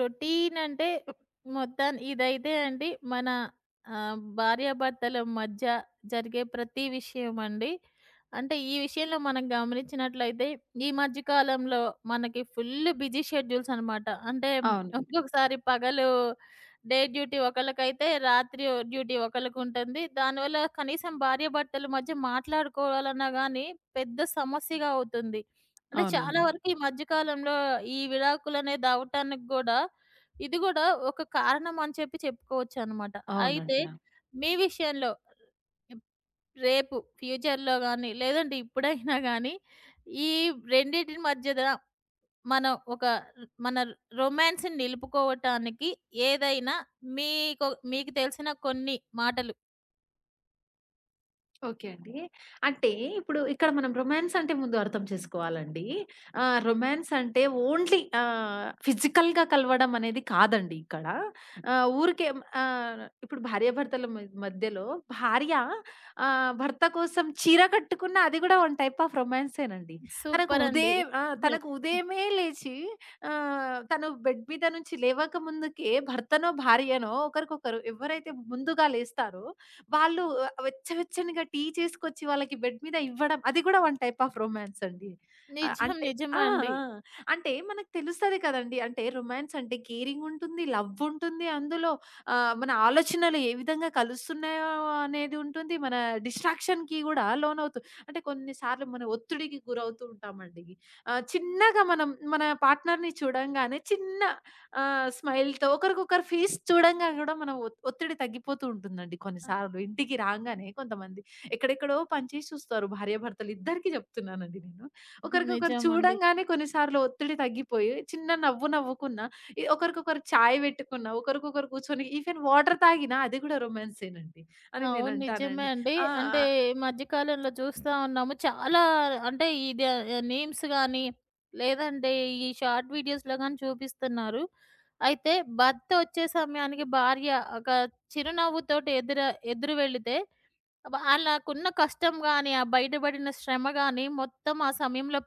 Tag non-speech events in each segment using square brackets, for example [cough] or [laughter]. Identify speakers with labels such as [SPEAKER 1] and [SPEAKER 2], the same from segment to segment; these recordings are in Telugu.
[SPEAKER 1] రొటీన్ అంటే మొత్తాన్ ఇదైతే అండి మన భార్యాభర్తల మధ్య జరిగే ప్రతి విషయం అండి. అంటే ఈ విషయంలో మనం గమనించినట్లయితే ఈ మధ్య కాలంలో మనకి ఫుల్ బిజీ షెడ్యూల్స్ అనమాట. అంటే
[SPEAKER 2] అవును.
[SPEAKER 1] ఒక్కొక్కసారి పగలు డే డ్యూటీ ఒకళ్ళకైతే రాత్రి డ్యూటీ ఒకళ్ళకుంటుంది. దానివల్ల కనీసం భార్యాభర్తల మధ్య మాట్లాడుకోవాలన్నా గాని పెద్ద సమస్యగా అవుతుంది. అంటే చాలా
[SPEAKER 2] అవునండి.
[SPEAKER 1] వరకు ఈ మధ్య కాలంలో ఈ విడాకులనే దావటానికి గూడా, ఇది గూడా ఒక కారణం అని చెప్పి చెప్పుకోవచ్చనమాట.
[SPEAKER 2] అవునండి.
[SPEAKER 1] అయితే
[SPEAKER 2] ఆ!
[SPEAKER 1] మీ విషయంలో ఇప్ రేపు ఫ్యూచర్‌లో గానీ, లేదంటే ఇప్పుడైనా గానీ, ఈ రెండిటిని మధ్యన మనం ఒక మన రొమాన్స్‌ని నిలుపుకోవటానికి ఏదైనా మీకు మీకు తెలిసిన కొన్ని మాటలు.
[SPEAKER 2] ఓకే అండి. అంటే ఇప్పుడు ఇక్కడ మనం రొమాన్స్ అంటే ముందు అర్థం చేసుకోవాలండి. రొమాన్స్ అంటే ఓన్లీ ఫిజికల్‌గా కలవడం అనేది కాదండి ఇక్కడ. ఊరికే ఇప్పుడు భార్యాభర్తల మధ్యలో భార్య భర్త కోసం చీర కట్టుకున్న అది కూడా వన్ టైప్ ఆఫ్ రొమాన్సేనండి. తనకు
[SPEAKER 1] సూపరండి.
[SPEAKER 2] ఉదయం
[SPEAKER 1] నిజం.
[SPEAKER 2] తనకు ఉదయమే లేచి తను బెడ్ మీద నుంచి లేవక ముందుకే భర్తనో, భార్యనో ఒకరికొకరు ఎవరైతే ముందుగా లేస్తారో వాళ్ళు వెచ్చవెచ్చనిగా టీ చేసుకొచ్చి వాళ్ళకి బెడ్ మీద ఇవ్వడం అది కూడా వన్ టైప్ ఆఫ్ రొమాన్స్ అండి. ఆహ్,
[SPEAKER 1] నిజం.
[SPEAKER 2] అంటే ఆ!
[SPEAKER 1] నిజమండి.
[SPEAKER 2] ఆ! అంటే మనకు తెలుస్తది కదండీ. అంటే రొమాన్స్ అంటే కేరింగ్ ఉంటుంది, లవ్ ఉంటుంది అందులో. మన ఆలోచనలు ఏ విధంగా కలుస్తున్నాయో అనేది ఉంటుంది. మన డిస్ట్రాక్షన్‌కి కూడా లోనవుతూ అంటే కొన్ని సార్లు మనం ఒత్తిడికి గురవుతూ ఉంటామండి. చిన్నగా మనం మన పార్ట్నర్‌ని చూడంగానే చిన్న ఆ! స్మైల్‌తో ఒకరికొకరు ఫేస్ చూడంగా గూడా మనం ఒత్తిడి తగ్గిపోతూ ఉంటుందండి
[SPEAKER 1] ఆహ్,
[SPEAKER 2] కొన్నిసార్లు. ఇంటికి రాంగానే కొంతమంది ఎక్కడెక్కడో పని చేసి చూస్తారు భార్యాభర్తలు ఇద్దరికీ చెప్తున్నానండి నేను. ఒకరికొకరు
[SPEAKER 1] నిజమండి.
[SPEAKER 2] చూడంగానే కొన్నిసార్లు ఒత్తిడి తగ్గిపోయి చిన్న నవ్వు నవ్వుకున్నా, ఈ ఒకరికొకరు చాయ్ పెట్టుకున్నా, ఒకరికొకరు కూర్చొని ఈవెన్ వాటర్ తాగినా అది గూడా రొమాన్సేనండి అని
[SPEAKER 1] అవును. నిజమే
[SPEAKER 2] నేనంటానండి.
[SPEAKER 1] అండి.
[SPEAKER 2] ఆ! ఆ!
[SPEAKER 1] అంటే ఈ మధ్య కాలంలో చూస్తా ఉన్నాము. చాలా అంటే ఇది మీమ్స్ గాని, లేదంటే ఈ షార్ట్ వీడియోస్‌లో గాని చూపిస్తున్నారు. అయితే భర్త వచ్చే సమయానికి భార్య ఒక చిరునవ్వుతోటి ఎదురు వెళితే వాళ్ళకున్న కష్టం గాని, ఆ బయటపడిన శ్రమ గాని మొత్తం ఆ సమయంలో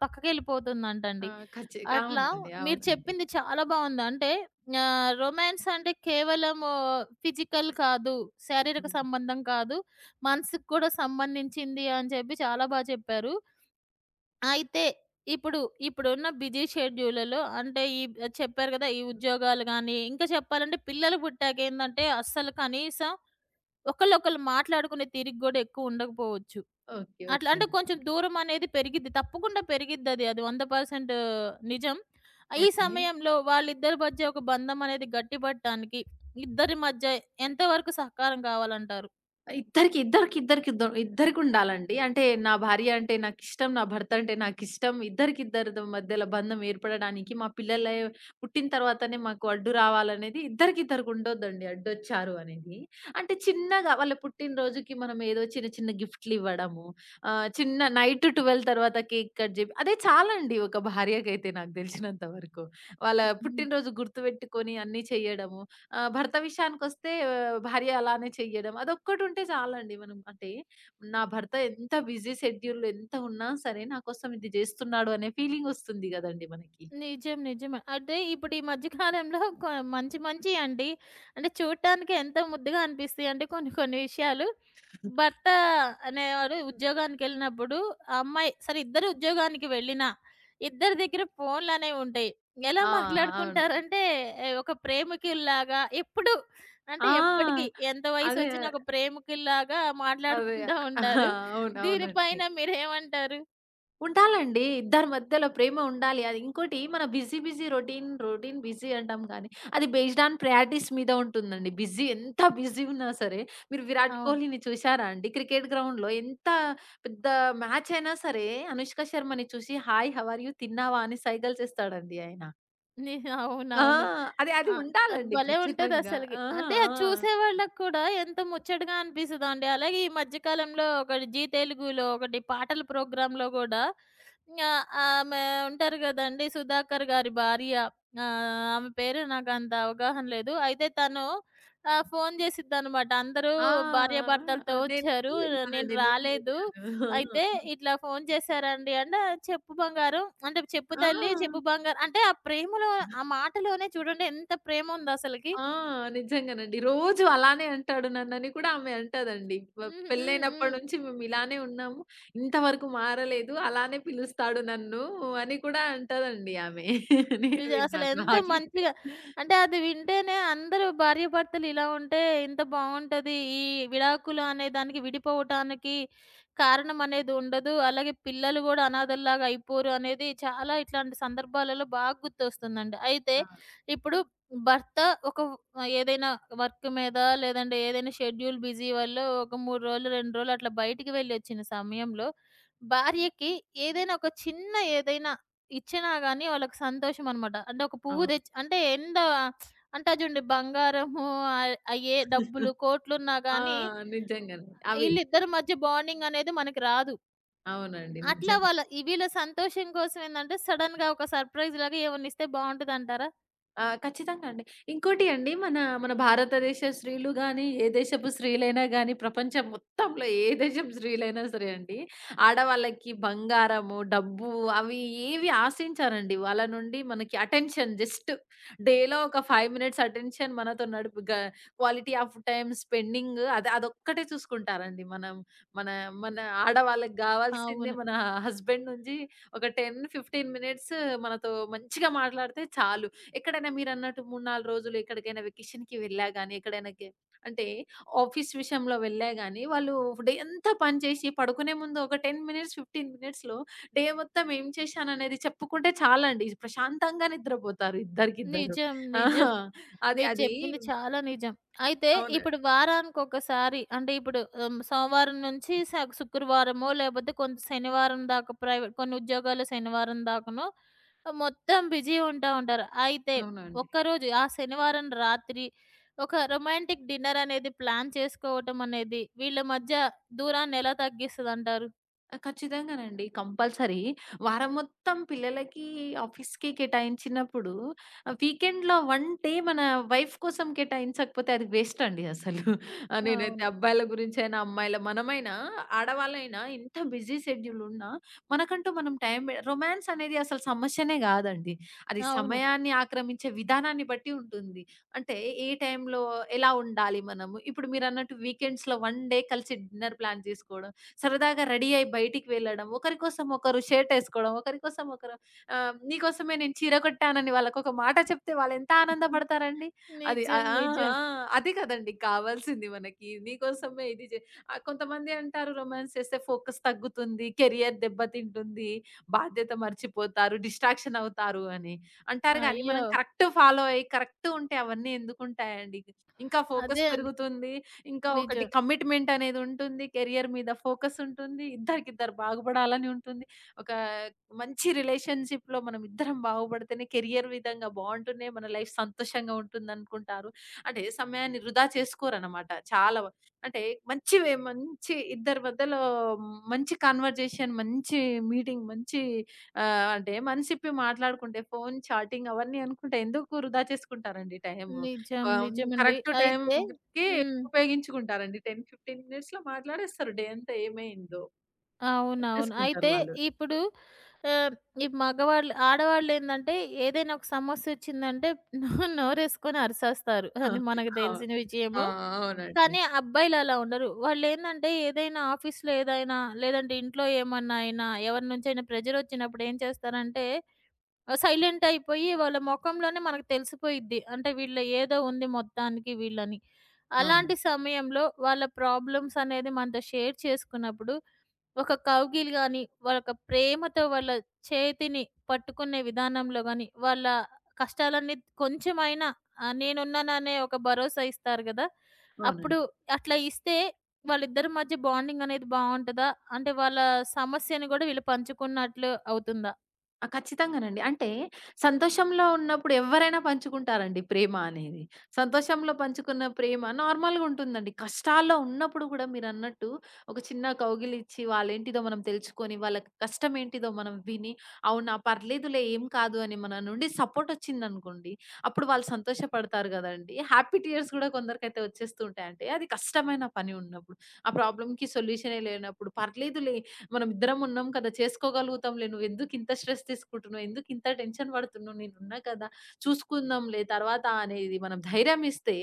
[SPEAKER 2] ఆ!
[SPEAKER 1] పక్కకెళ్ళిపోతుందంటండి.
[SPEAKER 2] ఖచ్చి
[SPEAKER 1] అట్లా
[SPEAKER 2] అవునండి.
[SPEAKER 1] మీరు
[SPEAKER 2] అవునండి.
[SPEAKER 1] చెప్పింది చాలా బావుంది. అంటే రొమాన్స్ అంటే కేవలము ఫిజికల్ కాదు, శారీరక
[SPEAKER 2] హ్మ్.
[SPEAKER 1] సంబంధం కాదు, మనసుకి కూడా సంబంధించింది అని చెప్పి చాలా చెప్పారు. అయితే ఇప్పుడు ఇప్పుడున్న బిజీ షెడ్యూల్‌లలో అంటే ఈ చెప్పారు కదా! ఈ ఉద్యోగాలు గాని, ఇంకా చెప్పాలంటే పిల్లలు పుట్టాకేందంటే అస్సలు కనీసం ఒకళ్ళొకళ్ళు మాట్లాడుకునే తీరిక గూడా ఎక్కువ ఉండకపోవచ్చు.
[SPEAKER 2] ఓకే.
[SPEAKER 1] అట్లా
[SPEAKER 2] ఓకే
[SPEAKER 1] అంటే
[SPEAKER 2] అండి.
[SPEAKER 1] కొంచెం దూరం అనేది పెరిగిద్ది. తప్పకుండా పెరిగిద్దది. అది 100% నిజం. ఈ
[SPEAKER 2] ఓకే.
[SPEAKER 1] సమయంలో వాళ్ళిద్దరి మధ్య ఒక బంధం అనేది గట్టిపడటానికి ఇద్దరి మధ్య ఎంత వరకు సహకారం కావాలంటారు?
[SPEAKER 2] ఇద్దరికి, ఇద్దరికి, ఇద్దరికి ఇద్ద ఇద్దరికుండాలండి. అంటే నా భార్య అంటే నాకిష్టం, నా భర్త అంటే నాకిష్టం. ఇద్దరికిద్దరి మధ్యలో బంధం ఏర్పడడానికి మా పిల్లలు పుట్టిన తర్వాతనే మాకు అడ్డు రావాలనేది ఇద్దరికిద్దరికి ఉండొద్దండి అడ్డొచ్చారు అనేది. అంటే చిన్నగా వాళ్ళ పుట్టినరోజుకి మనం ఏదో చిన్న చిన్న గిఫ్ట్‌లివ్వడము, చిన్న నైట్ 12 తర్వాత కేక్ కట్ జేపి అదే చాలండి ఒక భార్యకైతే నాకు దెలిసినంత వరకు. వాళ్ళ పుట్టినరోజు గుర్తుపెట్టుకొని అన్నీ చేయడము. భర్త విషయానికొస్తే భార్య అలానే చెయ్యడం. అదొక్కటుంటే చాలండి మనం అంటే, నా భర్త ఎంత బిజీ షెడ్యూల్ ఎంత ఉన్నా సరే, నా కోసం ఇది జేస్తున్నాడు అనే ఫీలింగొస్తుంది గదండీ మనకి.
[SPEAKER 1] నిజం. నిజమే. అదే ఇప్పుడు ఈ మధ్య కాలంలో మంచి మంచియండి. అంటే చూడటానికి ఎంతో ముద్దుగా అనిపిస్తాయి. అంటే కొన్ని కొన్ని విషయాలు భర్త అనేవాడు ఉద్యోగానికెళ్ళినప్పుడు అమ్మాయి సరే ఇద్దరు ఉద్యోగానికి వెళ్ళినా, ఇద్దరి దగ్గర ఫోన్‌లనేవి ఉంటాయి. ఎలా
[SPEAKER 2] ఆ! అవును.
[SPEAKER 1] మాట్లాడుకుంటారంటే ఒక ప్రేమికుల్లాగా ఎప్పుడు అంటే ఎప్పటికి
[SPEAKER 2] ఆ!
[SPEAKER 1] ఎంత
[SPEAKER 2] అదే.
[SPEAKER 1] వయసొచ్చినా ఒక ప్రేమికుల్లాగా
[SPEAKER 2] అదే.
[SPEAKER 1] మాట్లాడుకుంటా ఉంటారు.
[SPEAKER 2] అవునవునండి.
[SPEAKER 1] దీనిపైన మీరేమంటారు?
[SPEAKER 2] ఉండాలండి. ఇద్దరి మధ్యలో ప్రేమ ఉండాలి. అది ఇంకోటి మన బిజీ రొటీన్ బిజీ అంటాం కానీ, అది బేస్డ్ ఆన్ ప్రాక్టీస్ మీద ఉంటుందండి. బిజీ ఎంత బిజీ ఉన్నా సరే, మీరు 'విరాట్
[SPEAKER 1] అవును.
[SPEAKER 2] కోహ్లీని' చూసారా అండి? క్రికెట్ గ్రౌండ్‌లో ఎంత పెద్ద మ్యాచ్ అయినా సరే, అనుష్క శర్మని చూసి హాయ్, హౌ ఆర్ యూ తిన్నావా అని సైగలు చేస్తాడండి ఆయన.
[SPEAKER 1] ని
[SPEAKER 2] ఆ!
[SPEAKER 1] అవునవును.
[SPEAKER 2] అది అది
[SPEAKER 1] ఆ! అది
[SPEAKER 2] ఉండాలండి
[SPEAKER 1] భలే
[SPEAKER 2] ఖచ్చితంగా.
[SPEAKER 1] ఉంటదసలకి.
[SPEAKER 2] ఆ!
[SPEAKER 1] అంటే అది చూసేవాళ్ళకి కూడా ఎంత ముచ్చటగా అనిపిస్తదండి. అలాగే ఈ మధ్య కాలంలో ఒకటి జీ తెలుగులో ఒకటి పాటల ప్రోగ్రామ్‌లో గూడా ఆమె ఉంటారు గదండీ! సుధాకర్ గారి భార్య. ఆహ్, ఆమె పేరు నాకంత అవగాహన లేదు. అయితే తను ఫోను జేసిద్దనమాట. అందరూ
[SPEAKER 2] ఆ! ఆ!
[SPEAKER 1] భార్యాభర్తలతో
[SPEAKER 2] ఆ! నేను
[SPEAKER 1] వచ్చారు. నేను
[SPEAKER 2] విన్నానండి. నేను
[SPEAKER 1] రాలేదు.
[SPEAKER 2] విన్నాను.
[SPEAKER 1] అయితే ఇట్లా ఫోను చేశారండి అంటే, చెప్పు బంగారం అంటే చెప్పు
[SPEAKER 2] ఆ! ఆ!
[SPEAKER 1] తల్లి, చెప్పు బంగారం అంటే ఆ ప్రేమలో
[SPEAKER 2] ఆ!
[SPEAKER 1] ఆ మాటలోనే చూడండి ఎంత ప్రేముందసలకి.
[SPEAKER 2] ఆ! నిజంగానండి. రోజు అలానే అంటాడు నన్నని కూడా ఆమె అంటదండి.
[SPEAKER 1] హ్మ్. హ్మ్.
[SPEAKER 2] పెళ్ళైనప్పటి
[SPEAKER 1] హ్మ్.
[SPEAKER 2] నుంచి మేమిలానే ఉన్నాము. ఇంతవరకు మారలేదు. అలానే పిలుస్తాడు నన్ను అని కూడా అంటదండి ఆమె. నేను
[SPEAKER 1] నిజం.
[SPEAKER 2] విన్నాను
[SPEAKER 1] అసలెంత
[SPEAKER 2] నాకింకా.
[SPEAKER 1] మంచిగా అంటే అది వింటేనే అందరూ భార్యాభర్తలు ఇలా ఉంటే ఇంత బావుంటది. ఈ విడాకులు అనే దానికి విడిపోవటానికి కారణం అనేది ఉండదు. అలాగే పిల్లలు గూడా అనాథల్లాగా అయిపోరు అనేది చాలా ఇట్లాంటి సందర్భాలలో బాగా గుర్తొస్తుందండి. అయితే
[SPEAKER 2] ఆ!
[SPEAKER 1] ఇప్పుడు భర్త ఒక ఏదైనా వర్క్ మీద లేదంటే ఏదైనా షెడ్యూల్ బిజీ వల్లో ఒక 3 రోజులు, 2 రోజులు అట్లా బయటికి వెళ్ళొచ్చిన సమయంలో భార్యకి ఏదైనా ఒక చిన్న ఏదైనా ఇచ్చినా గాని వాళ్ళకి సంతోషం అనమాట. అంటే ఒక పువ్వు
[SPEAKER 2] అవును.
[SPEAKER 1] తెచ్చి అంటే ఎంత అంటారు చూడండి బంగారము అయ్యే డబ్బులు కోట్లున్నా
[SPEAKER 2] ఆ!
[SPEAKER 1] గాని
[SPEAKER 2] నిజంగానే. అవి
[SPEAKER 1] ఈళ్ళిద్దరి మధ్య బాండింగ్ అనేది మనకి రాదు.
[SPEAKER 2] అవునండి.
[SPEAKER 1] అట్లా
[SPEAKER 2] నిజంగా.
[SPEAKER 1] వాళ్ళ ఈ వీళ్ళ సంతోషం కోసం ఏందంటే సడెన్‌గా ఒక సర్‌ప్రైజ్ లాగా ఏమన్నా ఇస్తే బావుంటదంటారా?
[SPEAKER 2] ఖచ్చితంగా అండి. ఇంకోటి అండి మన భారతదేశ స్త్రీలు గాని, ఏ దేశపు స్త్రీలైనా గాని, ప్రపంచం మొత్తంలో ఏ దేశపు స్త్రీలైనా సరే అండి, ఆడవాళ్ళకి బంగారము, డబ్బు అవి ఏవి ఆశించరండి. వాళ్ళ నుండి మనకి అటెన్షన్ జస్ట్ డేలో ఒక 5 మినిట్స్ అటెన్షన్ మనతో నడుపు గ క్వాలిటీ ఆఫ్ టైమ్ స్పెండింగ్ అది అదొక్కటే చూసుకుంటారండి. మనం మన, మన ఆడవాళ్ళకి గావాల్సిందే
[SPEAKER 1] అవును.
[SPEAKER 2] మన హస్బెండ్ నుంచి ఒక 10, 15 మినిట్స్ మనతో మంచిగా మాట్లాడితే చాలు. ఎక్కడైనా మీరన్నట్టు 3, 4 రోజులు ఎక్కడికైనా వెకేషన్‌కి వెళ్ళా గాని, ఎక్కడైనాకి అంటే ఆఫీస్ విషయంలో వెళ్ళా గాని, వాళ్ళు డే అంతా పని చేసి పడుకునే ముందు ఒక 10 మినిట్స్, 15 మినిట్స్‌లో డే మొత్తం ఏం చేశాననేది చెప్పుకుంటే చాలండి. ప్రశాంతంగా నిద్రపోతారు ఇద్దరికిద్దరు.
[SPEAKER 1] నిజం.
[SPEAKER 2] ఆ!
[SPEAKER 1] నిజం.
[SPEAKER 2] అది
[SPEAKER 1] మీరు
[SPEAKER 2] అది
[SPEAKER 1] చెప్పింది చాలా నిజం. అయితే
[SPEAKER 2] అవును.
[SPEAKER 1] ఇప్పుడు వారానికొకసారి అంటే ఇప్పుడు సోమవారం నుంచి శుక్రవారమో లేపోతే కొంత శనివారం దాకా ప్రైవేట్ కొన్ని ఉద్యోగాలు శనివారం దాకనో మొత్తం బిజీ ఉంటా ఉంటారు. అయితే
[SPEAKER 2] అవునండి.
[SPEAKER 1] ఒక్కరోజు ఆ శనివారం రాత్రి ఒక రొమాంటిక్ డిన్నర్ అనేది ప్లాన్ చేసుకోవటం అనేది వీళ్ళ మధ్య దూరాన్ని ఎలా తగ్గిస్తదంటారు?
[SPEAKER 2] ఖచ్చితంగానండి. కంపల్సరీ. వారం మొత్తం పిల్లలకి ఆఫీస్‌కి కేటాయించినప్పుడు వీకెండ్‌లో 1 డే మన వైఫ్ కోసం కేటాయించకపోతే అది వేస్ట్ అండి అసలు. నేనైతే
[SPEAKER 1] అవును.
[SPEAKER 2] అబ్బాయిల గురించైనా, అమ్మాయిల మనమైనా, ఆడవాళ్ళైనా ఎంత బిజీ షెడ్యూల్ ఉన్నా మనకంటూ మనం టైం బె రొమాన్స్ అనేది అసలు సమస్యనే గాదండి. అది
[SPEAKER 1] అవును.
[SPEAKER 2] సమయాన్ని ఆక్రమించే విధానాన్ని బట్టి ఉంటుంది. అంటే ఏ టైంలో ఎలా ఉండాలి మనము. ఇప్పుడు మీరన్నట్టు వీకెండ్స్‌లో 1 డే కలిసి డిన్నర్ ప్లాన్ జేసుకోవడం. సరదాగా రెడీ అయ్యి బయటికి వెళ్ళడం, ఒకరి కోసం ఒకరు షర్ట్ ఏసుకోవడం, ఒకరి కోసం ఒకరు నీకోసమే నేను చీర కొట్టానని వాళ్ళకొక మాట చెప్తే వాళ్ళెంత
[SPEAKER 1] [laughs]
[SPEAKER 2] ఆనందపడతారండి. అది ఆ!
[SPEAKER 1] నిజం.
[SPEAKER 2] ఆ!
[SPEAKER 1] నిజం.
[SPEAKER 2] ఆ! అది కదండీ కావాల్సింది మనకి. నీకోసమే ఇది జే కొంతమంది అంటారు రొమాన్స్ చేస్తే ఫోకస్ తగ్గుతుంది, కెరియర్ దెబ్బతింటుంది, బాధ్యత మర్చిపోతారు, డిస్ట్రాక్షన్ అవుతారు అని. అంటారు గానీ మనం
[SPEAKER 1] అయ్యో!
[SPEAKER 2] కరెక్ట్ ఫాలో అయ్యి కరెక్ట్ ఉంటే అవన్నీ ఎందుకుంటాయండి. ఇంకా ఫోకస్
[SPEAKER 1] అదే అండి.
[SPEAKER 2] పెరుగుతుంది. ఇంకా ఒకటి
[SPEAKER 1] నిజం.
[SPEAKER 2] కమిట్మెంట్ అనేది ఉంటుంది. కెరియర్ మీద ఫోకస్ ఉంటుంది. ఇద్దరికిద్దరు బాగుపడాలని ఉంటుంది. ఒక మంచి రిలేషన్‌షిప్‌లో మనం ఇద్దరం బాగుపడితేనే కెరియర్ విధంగా బావుంటూనే మన లైఫ్ సంతోషంగా ఉంటుందనుకుంటారు. అంటే సమయాన్ని వృధా చేసుకోరనమాట చాలా. అంటే మంచి ఇద్దరి మధ్యలో మంచి కన్వర్జేషన్, మంచి మీటింగ్, మంచి అంటే మనసిప్పి మాట్లాడుకుంటే ఫోను, చాటింగ్ అవన్నీ అనుకుంటే ఎందుకు వృధా చేసుకుంటారండి టైము.
[SPEAKER 1] నిజం. నిజమండి.
[SPEAKER 2] కరెక్ట్
[SPEAKER 1] అయితే
[SPEAKER 2] టైంకి
[SPEAKER 1] హ్మ్.
[SPEAKER 2] ఉపయోగించుకుంటారండి. 10, 15 మినిట్స్‌లో మాట్లాడేస్తారు. డే అంతా ఏమైందో
[SPEAKER 1] అవునవును.
[SPEAKER 2] చెప్పేసుకుంటారు
[SPEAKER 1] అయితే
[SPEAKER 2] వాళ్ళు.
[SPEAKER 1] ఇప్పుడు ఆహ్, ఈ మగవాళ్ళు ఆడవాళ్ళేందంటే ఏదైనా ఒక సమస్యొచ్చిందంటే నోరేసుకొని అరిసేస్తారు.
[SPEAKER 2] ఆ!
[SPEAKER 1] అది మనకు
[SPEAKER 2] ఆ!
[SPEAKER 1] తెలిసిన
[SPEAKER 2] ఆ!
[SPEAKER 1] విషయము.
[SPEAKER 2] అవునండి.
[SPEAKER 1] కానీ అబ్బాయిలు అలా ఉండరు. వాళ్ళేందంటే ఏదైనా ఆఫీస్‌లో ఏదైనా లేదంటే ఇంట్లో ఏమన్నా అయినా ఎవరి నుంచైనా ప్రెషరొచ్చినప్పుడు ఏం చేస్తారంటే సైలెంట్ అయిపోయి వాళ్ళ మొఖంలోనే మనకు తెలిసిపోయిద్ది. అంటే వీళ్ళ ఏదో ఉంది మొత్తానికి వీళ్ళని.
[SPEAKER 2] అవునండి.
[SPEAKER 1] అలాంటి సమయంలో వాళ్ళ ప్రాబ్లమ్స్ అనేది మనతో షేర్ చేసుకున్నప్పుడు ఒక కౌగిల్ గాని, వాళ్ళొక ప్రేమతో వాళ్ళ చేతిని పట్టుకునే విధానంలో గాని, వాళ్ళ కష్టాలన్నీ కొంచెమైనా నేనున్నాననే ఒక భరోసా ఇస్తారు గదా! అప్పుడు
[SPEAKER 2] అవునండి.
[SPEAKER 1] అట్లా ఇస్తే వాళ్ళిద్దరి మధ్య బాండింగ్ అనేది బావుంటదా? అంటే వాళ్ళ సమస్యని గూడా వీళ్ళు పంచుకున్నట్లు అవుతుందా?
[SPEAKER 2] ఖచ్చితంగానండి. అంటే సంతోషంలో ఉన్నప్పుడు ఎవ్వరైనా పంచుకుంటారండి ప్రేమ అనేది. సంతోషంలో పంచుకున్న ప్రేమ నార్మల్‌గా ఉంటుందండి. కష్టాల్లో ఉన్నప్పుడు కూడా మీరన్నట్టు ఒక చిన్న కౌగిలిచ్చి వాళ్ళేంటిదో మనం తెలుసుకొని, వాళ్ళ కష్టం ఏంటిదో మనం విని, అవునా పర్లేదులే ఏం కాదు అని మన నుండి సపోర్ట్ వచ్చిందనుకోండి, అప్పుడు వాళ్ళు సంతోషపడతారు గదండీ. హ్యాపీ టీయర్స్ గూడా కొందరికైతే వచ్చేస్తూ ఉంటాయండి. అది కష్టమైన పని ఉన్నప్పుడు, ఆ ప్రాబ్లమ్‌కి సొల్యూషనే లేనప్పుడు పర్లేదులే మనమిద్దరం ఉన్నాం కదా! చేసుకోగలుగుతాంలే. నువ్వెందుకింత స్ట్రెస్ తీసుకుంటున్నావు? ఎందుకింత టెన్షన్ పడుతున్నావు? నేనున్నా కదా! చూసుకుందాంలే తర్వాత అనేది మనం ధైర్యం ఇస్తే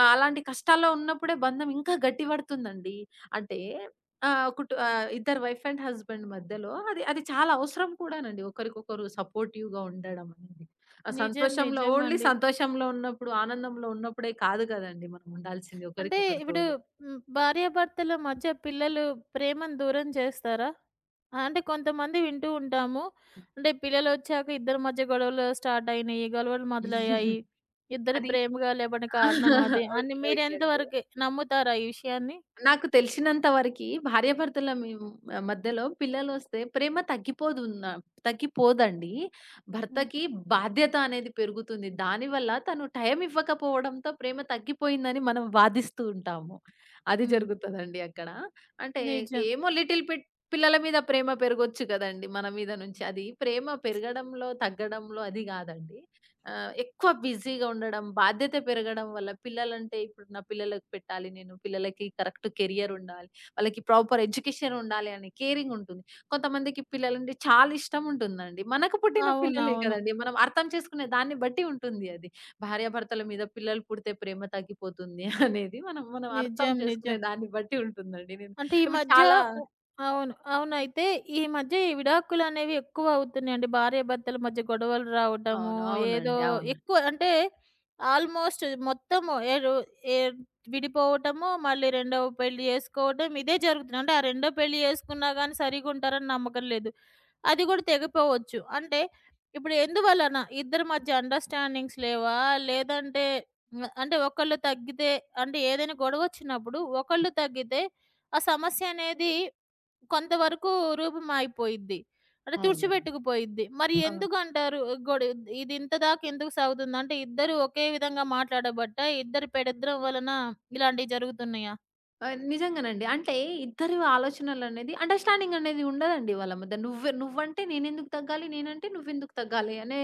[SPEAKER 2] అలాంటి కష్టాల్లో ఉన్నప్పుడే బంధం ఇంకా గట్టి పడుతుందండి. అంటే ఇద్దరు వైఫ్ అండ్ హస్బెండ్ మధ్యలో అది అది చాలా అవసరం కూడానండి. ఒకరికొకరు సపోర్టివ్‌గా ఉండడం అనేది. ఆ
[SPEAKER 1] నిజం.
[SPEAKER 2] సంతోషంలో ఓన్లీ
[SPEAKER 1] నిజమండి.
[SPEAKER 2] సంతోషంలో ఉన్నప్పుడు, ఆనందంలో ఉన్నప్పుడే కాదు కదండీ మనం ఉండాల్సింది
[SPEAKER 1] అంటే
[SPEAKER 2] ఒకరికొకరు
[SPEAKER 1] ఇప్పుడు
[SPEAKER 2] తోడు.
[SPEAKER 1] భార్యాభర్తల మధ్య పిల్లలు ప్రేమను దూరం చేస్తారా? అంటే కొంతమంది వింటూ ఉంటాము. అంటే పిల్లలొచ్చాక ఇద్దరి మధ్య గొడవలు స్టార్ట్ అయినాయి. గొడవలు మొదలయ్యాయి.
[SPEAKER 2] [laughs]
[SPEAKER 1] ఇద్దరు
[SPEAKER 2] అది
[SPEAKER 1] ప్రేమగా లేవని
[SPEAKER 2] [laughs]
[SPEAKER 1] కారణం అదే అని
[SPEAKER 2] ఓకే. ఓకే
[SPEAKER 1] మీరెంత
[SPEAKER 2] అండి.
[SPEAKER 1] వరకి నమ్ముతారా ఈ విషయాన్ని?
[SPEAKER 2] నాకు తెలిసినంత వరకి భార్యాభర్తల మేము మధ్యలో పిల్లలొస్తే ప్రేమ తగ్గిపోదండి.
[SPEAKER 1] హ్మ్.
[SPEAKER 2] భర్తకి బాధ్యత అనేది పెరుగుతుంది. దానివల్ల తను టైం ఇవ్వకపోవడంతో ప్రేమ తగ్గిపోయిందని మనం వాదిస్తూ ఉంటాము. అది
[SPEAKER 1] హ్మ్.
[SPEAKER 2] జరుగుతదండి అక్కడ. అంటే
[SPEAKER 1] నిజం.
[SPEAKER 2] ఏమో లిటిల్ బిట్ పిల్లల మీద ప్రేమ పెరగొచ్చు కదండీ! మన మీద నుంచి. అది ప్రేమ పెరగడంలో, తగ్గడంలో అది గాదండి. ఎక్కువ బిజీగా ఉండడం, బాధ్యత పెరగడం వల్ల పిల్లలంటే ఇప్పుడు నా పిల్లలకు పెట్టాలి నేను, పిల్లలకి కరెక్ట్ కెరియర్ ఉండాలి, వాళ్ళకి ప్రాపర్ ఎడ్యుకేషన్ ఉండాలి అని కేరింగ్ ఉంటుంది. కొంతమందికి పిల్లలంటే చాలా ఇష్టం ఉంటుందండి. మనకు పుట్టిన పిల్లలే
[SPEAKER 1] అవునవును.
[SPEAKER 2] కదండీ! మనం అర్థం చేసుకునే దాన్ని బట్టి ఉంటుంది అది. భార్యాభర్తల మీద పిల్లలు పుడితే ప్రేమ తగ్గిపోతుంది [laughs] అనేది మనం మనం అర్థం
[SPEAKER 1] నిజం.
[SPEAKER 2] చేసుకునే
[SPEAKER 1] నిజం.
[SPEAKER 2] దాన్ని బట్టి ఉంటుందండి. నేను
[SPEAKER 1] అంటే ఈ
[SPEAKER 2] ఇప్పుడు
[SPEAKER 1] మధ్య
[SPEAKER 2] చాలా
[SPEAKER 1] అవును. అవునయితే ఈ మధ్య ఈ విడాకులనేవి ఎక్కువ అవుతున్నాయండి. భార్యాభర్తల మధ్య గొడవలు రావటము,
[SPEAKER 2] అవును.
[SPEAKER 1] ఏదో
[SPEAKER 2] అవునండి. అవును.
[SPEAKER 1] ఎక్కువ అంటే ఆల్‌మోస్ట్ మొత్తము ఏరు ఏ విడిపోవటము, మళ్ళీ రెండవ పెళ్లి చేసుకోవటం ఇదే జరుగుతుంది. అంటే ఆ రెండో పెళ్లి చేసుకున్నా గానీ సరిగుంటారని నమ్మకం లేదు. అది గూడా తెగిపోవచ్చు. అంటే ఇప్పుడు ఎందువలన? ఇద్దరి మధ్య అండర్‌స్టాండింగ్స్ లేవా? లేదంటే అంటే ఒకళ్ళు తగ్గితే అంటే ఏదైనా గొడవొచ్చినప్పుడు ఒకళ్ళు తగ్గితే ఆ సమస్య అనేది కొంతవరకు రూపుమాయిపోయిద్ది. అంటే
[SPEAKER 2] అవునండి.
[SPEAKER 1] తుడిచిపెట్టుకుపోయిద్ది. మరి
[SPEAKER 2] అవును.
[SPEAKER 1] ఎందుకంటారు గొడు ఇది ఇంత దాకా ఎందుకు సాగుతుంది? అంటే ఇద్దరు ఒకే విధంగా మాట్లాడబట్టా? ఇద్దరి పెడద్రం వలన ఇలాంటివి జరుగుతున్నాయా?
[SPEAKER 2] ఆ! నిజంగానండి. అంటే ఇద్దరి ఆలోచనలనేది అండర్‌స్టాండింగ్ అనేది ఉండదండి వాళ్ళ మధ్య. నువ్వే నువ్వంటే నేనెందుకు తగ్గాలి? నేనంటే నువ్వెందుకు తగ్గాలి? అనే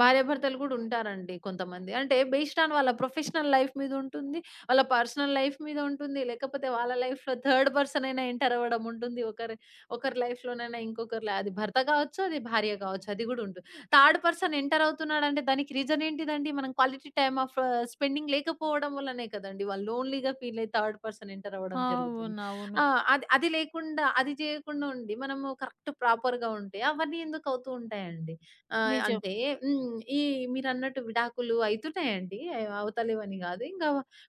[SPEAKER 2] భార్యాభర్తలు గూడా ఉంటారండి కొంతమంది. అంటే బేస్డ్ ఆన్ వాళ్ళ ప్రొఫెషనల్ లైఫ్ మీద ఉంటుంది. వాళ్ళ పర్సనల్ లైఫ్ మీద ఉంటుంది. లేకపోతే వాళ్ళ లైఫ్‌లో థర్డ్ పర్సన్ అయినా ఎంటర్ అవ్వడం ఉంటుంది. ఒకరి ఒకరి లైఫ్‌లోనైనా ఇంకొకరి అది భర్త గావచ్చు, అది భార్య గావచ్చు. అది గూడా ఉంటుంది. థర్డ్ పర్సన్ ఎంటర్ అవుతున్నాడంటే దానికి రీజన్ ఏంటిదండి? మనం క్వాలిటీ టైమ్ ఆఫ్ స్పెండింగ్ లేకపోవడం వల్లనే కదండీ! వాళ్ళు లోన్‌లీ‌గా ఫీల్ అయ్యి థర్డ్ పర్సన్ ఎంటర్ అవ్వడం జరుగుతుంది.
[SPEAKER 1] అవునవును.
[SPEAKER 2] ఆ! అది అది లేకుండా అది చేయకుండా ఉండి మనము కరెక్ట్ ప్రాపర్‌గా ఉంటే అవన్నీ ఎందుకు అవుతూ ఉంటాయండి. ఆహ్,
[SPEAKER 1] నిజం.
[SPEAKER 2] అంటే హ్మ్. ఈ మీరన్నట్టు విడాకులు అయితున్నాయండి. అవుతలేవని గాదు. ఇంకా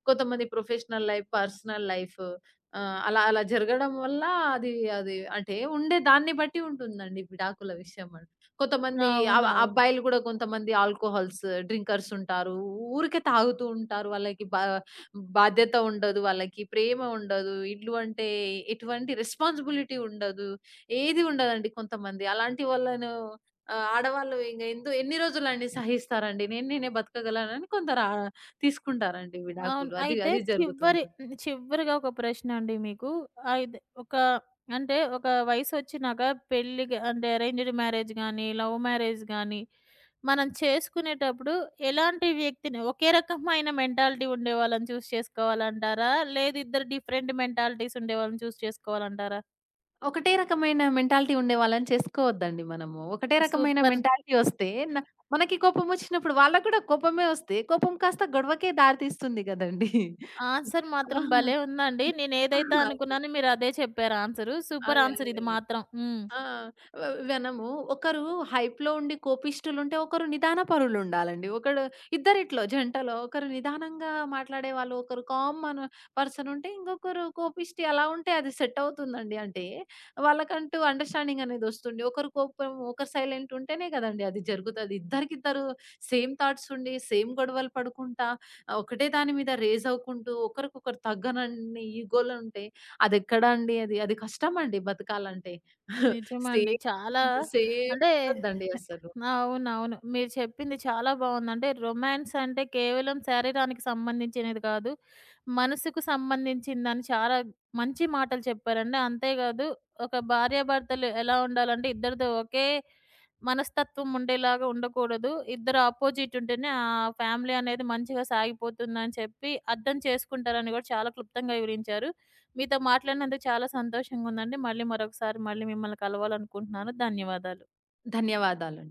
[SPEAKER 2] కొంతమంది ప్రొఫెషనల్ లైఫ్, పర్సనల్ లైఫ్ ఆహ్, అలా అలా జరగడం వల్ల అది అది అంటే ఉండే దాన్ని బట్టి ఉంటుందండి విడాకుల విషయం. కొంతమంది
[SPEAKER 1] అవునవును.
[SPEAKER 2] అబ్బాయిలు గూడా కొంతమంది ఆల్కోహాల్స్ డ్రింకర్స్ ఉంటారు. ఊరికే తాగుతూ ఉంటారు. వాళ్ళకి బాధ్యత ఉండదు. వాళ్ళకి ప్రేమ ఉండదు. ఇల్లు అంటే ఎటువంటి రెస్పాన్సిబిలిటీ ఉండదు. ఏది ఉండదండి కొంతమంది. అలాంటి వాళ్ళను ఆడవాళ్ళు ఇంగ ఎన్ని రోజులండి సహిస్తారండి? నేను నేనే బతకగలనని కొందరు తీసుకుంటారండి
[SPEAKER 1] అవును.
[SPEAKER 2] విడాకులు. అది
[SPEAKER 1] అయితే
[SPEAKER 2] అది జరుగుతూ
[SPEAKER 1] చివరి
[SPEAKER 2] ఉంటుంది.
[SPEAKER 1] చివరిగా ఒక ప్రశ్నండి మీకు. అయితే ఒక అంటే ఒక వయసొచ్చినాక పెళ్ళికి అంటే అరేంజ్డ్ మ్యారేజ్ గాని, లవ్ మ్యారేజ్ గాని మనం చేసుకునేటప్పుడు ఎలాంటి వ్యక్తిని ఒకే రకమైన మెంటాలిటీ ఉండేవాళ్ళని చేసుకోవాలంటారా? లేదు ఇద్దరు డిఫరెంట్ మెంటాలిటీస్ ఉండేవాళ్ళని చేసుకోవాలంటారా?
[SPEAKER 2] ఒకటే రకమైన మెంటాలిటీ ఉండేవాళ్ళని చేసుకోవద్దండి మనము. ఒకటే రకమైన
[SPEAKER 1] సూపర్
[SPEAKER 2] మెంటాలిటీ ఒస్తే న మనకి కోపమొచ్చినప్పుడు వాళ్ళకి గూడా కోపమే ఒస్తే, కోపం కాస్త గొడవకే దారి తీస్తుంది గదండీ.
[SPEAKER 1] ఆన్సర్ మాత్రం
[SPEAKER 2] ఆహా!
[SPEAKER 1] భలే ఉందండి. నేనేదైతే
[SPEAKER 2] అదే.
[SPEAKER 1] అనుకున్నానో మీరు అదే చెప్పారు ఆన్సరు. సూపర్
[SPEAKER 2] అదే. అదే.
[SPEAKER 1] ఆన్సర్ ఇది
[SPEAKER 2] అదే.
[SPEAKER 1] మాత్రం.
[SPEAKER 2] ఆ! వ మనము ఒకరు హైప్‌లో ఉండి కోపిష్ఠులుంటే, ఒకరు నిదాన పరులుండాలండి. ఇద్దరిట్లో జంటలో ఒకరు నిదానంగా మాట్లాడేవాళ్ళు, ఒకరు కామ్ అను పర్సనుంటే, ఇంకొకరు కోపిష్టి అలా ఉంటే అది సెట్టవుతుందండి. అంటే, వాళ్ళకంటూ అండర్‌స్టాండింగ్ అనేదొస్తుంది. ఒకరు కోపం, ఒకరు సైలెంటుంటేనే గదండీ అది జరుగుతది. ఇద్దరికిద్దరు సేమ్ థాట్సుండి, సేమ్ గొడవలు పడుకుంటా, ఒకటే దాని మీద రేజవుకుంటూ, ఒకరికొకరు తగ్గనన్ని ఈగోలుంటే అదెక్కడ అండి అది. అది కష్టమండి బతకాలంటే. [laughs]
[SPEAKER 1] నిజమండి.
[SPEAKER 2] సేమ్
[SPEAKER 1] చాలా
[SPEAKER 2] సేమ్
[SPEAKER 1] అంటే
[SPEAKER 2] ఉండొద్దండి అసలు.
[SPEAKER 1] అవునవును. మీరు చెప్పింది చాలా బావుంది. అంటే రొమాన్స్ అంటే కేవలం శరీరానికి సంబంధించినది కాదు. మనసుకు సంబంధించిందని చాలా మంచి మాటలు చెప్పారండి. అంతేకాదు ఒక భార్యాభర్తలు ఎలా ఉండాలంటే ఇద్దరిది ఒకే మనస్తత్వం ఉండేలాగా ఉండకూడదు. ఇద్దరు అపోజిట్ ఉంటేనే ఆ ఫ్యామిలీ అనేది మంచిగా సాగిపోతుందని చెప్పి అర్థం చేసుకుంటారని గూడా చాలా క్లుప్తంగా వివరించారు. మీతో మాట్లాడినందుకు చాలా సంతోషంగా ఉందండి. మళ్ళీ మరొకసారి మిమ్మల్ని కలవాలనుకుంటున్నాను. ధన్యవాదాలు.
[SPEAKER 2] ధన్యవాదాలు.